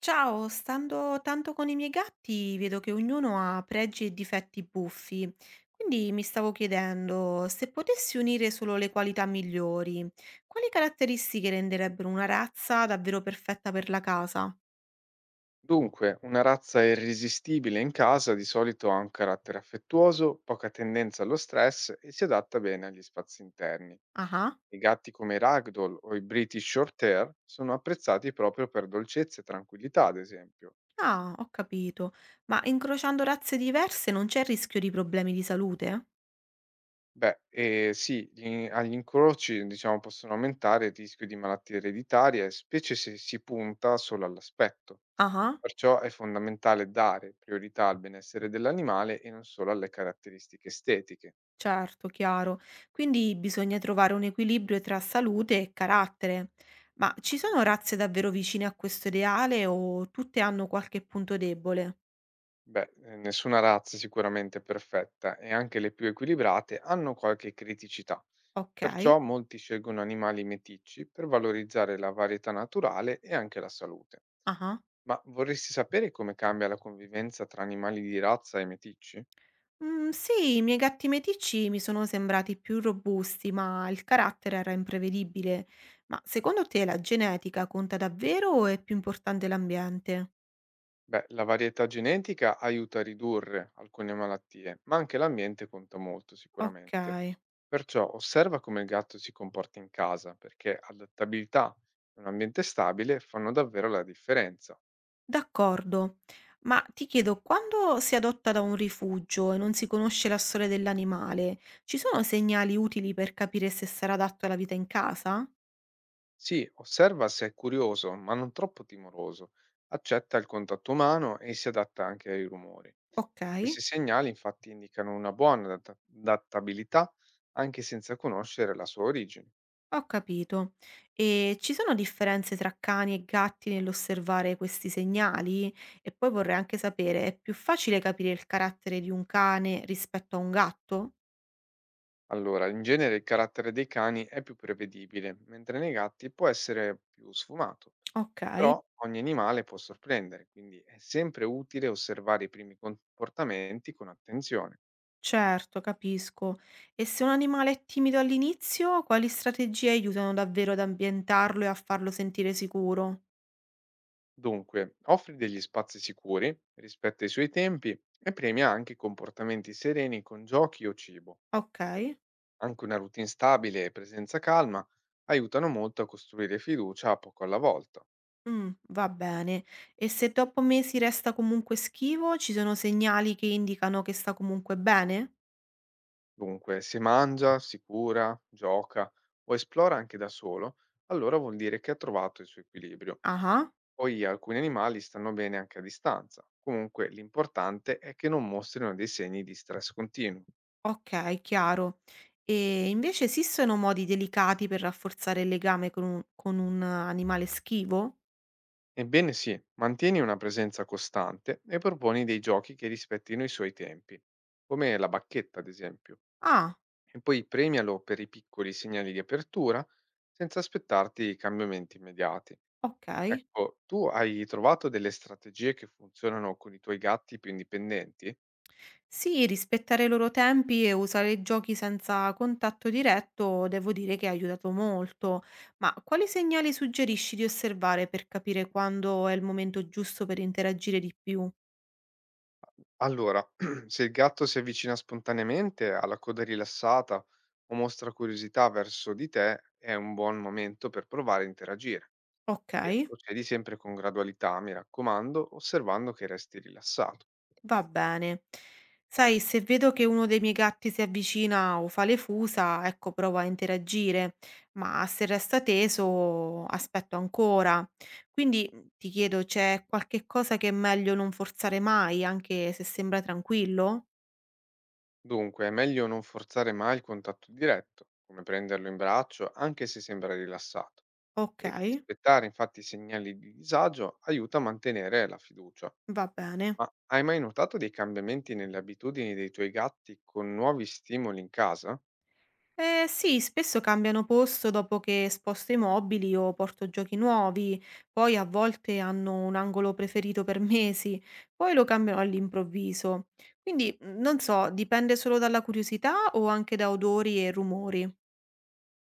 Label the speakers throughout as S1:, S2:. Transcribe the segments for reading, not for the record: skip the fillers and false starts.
S1: Ciao, stando tanto con i miei gatti, vedo che ognuno ha pregi e difetti buffi, quindi mi stavo chiedendo se potessi unire solo le qualità migliori, quali caratteristiche renderebbero una razza davvero perfetta per la casa?
S2: Dunque, una razza irresistibile in casa di solito ha un carattere affettuoso, poca tendenza allo stress e si adatta bene agli spazi interni.
S1: Ah,
S2: I gatti come i Ragdoll o i British Shorthair sono apprezzati proprio per dolcezza e tranquillità, ad esempio.
S1: ah, ho capito, ma incrociando razze diverse non c'è il rischio di problemi di salute?
S2: Beh, e sì, agli incroci, diciamo, possono aumentare il rischio di malattie ereditarie, specie se si punta solo all'aspetto.
S1: Ah.
S2: Perciò è fondamentale dare priorità al benessere dell'animale e non solo alle caratteristiche estetiche.
S1: Certo, chiaro. Quindi bisogna trovare un equilibrio tra salute e carattere. Ma ci sono razze davvero vicine a questo ideale o tutte hanno qualche punto debole?
S2: Beh, nessuna razza è sicuramente perfetta e anche le più equilibrate hanno qualche criticità.
S1: Ok.
S2: Perciò molti scelgono animali meticci per valorizzare la varietà naturale e anche la salute.
S1: Ah.
S2: Ma vorresti sapere come cambia la convivenza tra animali di razza e meticci?
S1: Mm, sì, i miei gatti meticci mi sono sembrati più robusti, ma il carattere era imprevedibile. Ma secondo te la genetica conta davvero o è più importante l'ambiente?
S2: Beh, la varietà genetica aiuta a ridurre alcune malattie, ma anche l'ambiente conta molto
S1: Ok.
S2: sicuramente. Perciò osserva come il gatto si comporta in casa, perché adattabilità e un ambiente stabile fanno davvero la differenza.
S1: D'accordo, ma ti chiedo, quando si adotta da un rifugio e non si conosce la storia dell'animale, ci sono segnali utili per capire se sarà adatto alla vita in casa?
S2: Sì, osserva se è curioso, ma non troppo timoroso, accetta il contatto umano e si adatta anche ai rumori.
S1: Ok,
S2: Questi segnali infatti indicano una buona adattabilità anche senza conoscere la sua origine.
S1: ho capito. E ci sono differenze tra cani e gatti nell'osservare questi segnali? E poi vorrei anche sapere, è più facile capire il carattere di un cane rispetto a un gatto?
S2: Allora, in genere il carattere dei cani è più prevedibile, mentre nei gatti può essere più sfumato.
S1: Ok.
S2: Però ogni animale può sorprendere, quindi è sempre utile osservare i primi comportamenti con attenzione.
S1: Certo, capisco. E se un animale è timido all'inizio, quali strategie aiutano davvero ad ambientarlo e a farlo sentire sicuro?
S2: Dunque, offri degli spazi sicuri, rispetta i suoi tempi e premia anche i comportamenti sereni con giochi o cibo.
S1: Ok,
S2: Anche una routine stabile e presenza calma aiutano molto a costruire fiducia poco alla volta.
S1: mm, va bene. E se dopo mesi resta comunque schivo, ci sono segnali che indicano che sta comunque bene?
S2: Dunque, se mangia, si cura, gioca o esplora anche da solo, allora vuol dire che ha trovato il suo equilibrio.
S1: Ah,
S2: Poi alcuni animali stanno bene anche a distanza. Comunque l'importante è che non mostrino dei segni di stress continuo.
S1: ok, chiaro. E invece esistono modi delicati per rafforzare il legame con un animale schivo?
S2: Ebbene sì, mantieni una presenza costante e proponi dei giochi che rispettino i suoi tempi, come la bacchetta ad esempio,
S1: Ah,
S2: e poi premialo per i piccoli segnali di apertura senza aspettarti cambiamenti immediati.
S1: ok.
S2: Ecco, tu hai trovato delle strategie che funzionano con i tuoi gatti più indipendenti?
S1: Sì, rispettare i loro tempi e usare giochi senza contatto diretto devo dire che ha aiutato molto. Ma quali segnali suggerisci di osservare per capire quando è il momento giusto per interagire di più?
S2: Allora, se il gatto si avvicina spontaneamente, ha la coda rilassata o mostra curiosità verso di te, è un buon momento per provare a interagire.
S1: Ok.
S2: E procedi sempre con gradualità, mi raccomando, osservando che resti rilassato.
S1: Va bene. Sai, se vedo che uno dei miei gatti si avvicina o fa le fusa, ecco, provo a interagire, ma se resta teso, aspetto ancora. Quindi ti chiedo, c'è qualche cosa che è meglio non forzare mai, anche se sembra tranquillo?
S2: Dunque, è meglio non forzare mai il contatto diretto, come prenderlo in braccio, anche se sembra rilassato.
S1: Ok,
S2: E rispettare infatti i segnali di disagio aiuta a mantenere la fiducia.
S1: va bene.
S2: Ma hai mai notato dei cambiamenti nelle abitudini dei tuoi gatti con nuovi stimoli in casa?
S1: Eh sì, spesso cambiano posto dopo che sposto i mobili o porto giochi nuovi, poi a volte hanno un angolo preferito per mesi, poi lo cambiano all'improvviso. Quindi non so, dipende solo dalla curiosità o anche da odori e rumori.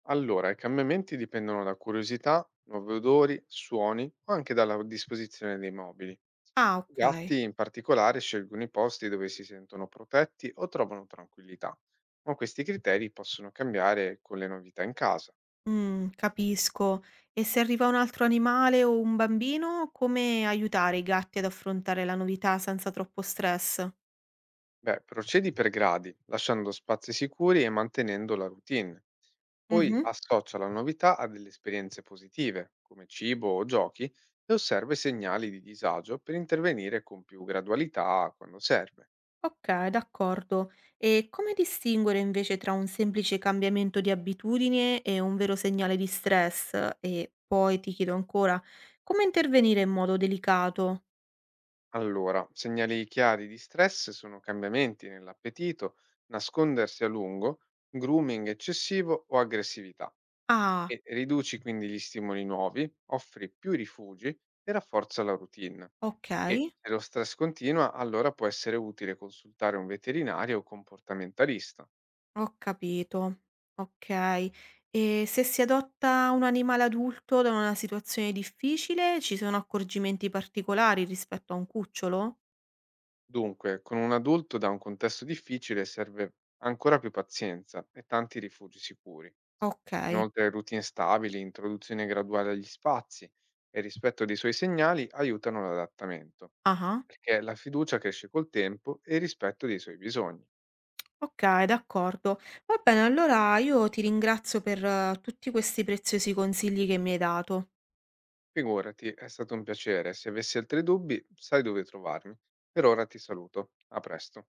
S2: Allora, i cambiamenti dipendono da curiosità, nuovi odori, suoni o anche dalla disposizione dei mobili. I
S1: Ah, ok.
S2: gatti in particolare scelgono i posti dove si sentono protetti o trovano tranquillità, ma questi criteri possono cambiare con le novità in casa.
S1: Mm, capisco. E se arriva un altro animale o un bambino, come aiutare i gatti ad affrontare la novità senza troppo stress?
S2: Beh, procedi per gradi, lasciando spazi sicuri e mantenendo la routine. Poi associa la novità a delle esperienze positive, come cibo o giochi, e osserva i segnali di disagio per intervenire con più gradualità quando serve.
S1: Okay, d'accordo. E come distinguere invece tra un semplice cambiamento di abitudine e un vero segnale di stress? E poi ti chiedo ancora, come intervenire in modo delicato?
S2: Allora, segnali chiari di stress sono cambiamenti nell'appetito, nascondersi a lungo, grooming eccessivo o aggressività.
S1: Ah,
S2: E riduci quindi gli stimoli nuovi, offri più rifugi e rafforza la routine. E
S1: okay,
S2: se lo stress continua, allora può essere utile consultare un veterinario o comportamentalista.
S1: ho capito. Okay. E se si adotta un animale adulto da una situazione difficile, ci sono accorgimenti particolari rispetto a un cucciolo?
S2: Dunque, con un adulto da un contesto difficile serve ancora più pazienza e tanti rifugi sicuri.
S1: Okay.
S2: Inoltre, routine stabili, introduzione graduale agli spazi e rispetto dei suoi segnali aiutano l'adattamento,
S1: Ah-ah.
S2: perché la fiducia cresce col tempo e il rispetto dei suoi bisogni.
S1: Okay, d'accordo. Va bene, allora io ti ringrazio per tutti questi preziosi consigli che mi hai dato.
S2: Figurati, è stato un piacere. Se avessi altri dubbi, sai dove trovarmi. Per ora ti saluto. A presto.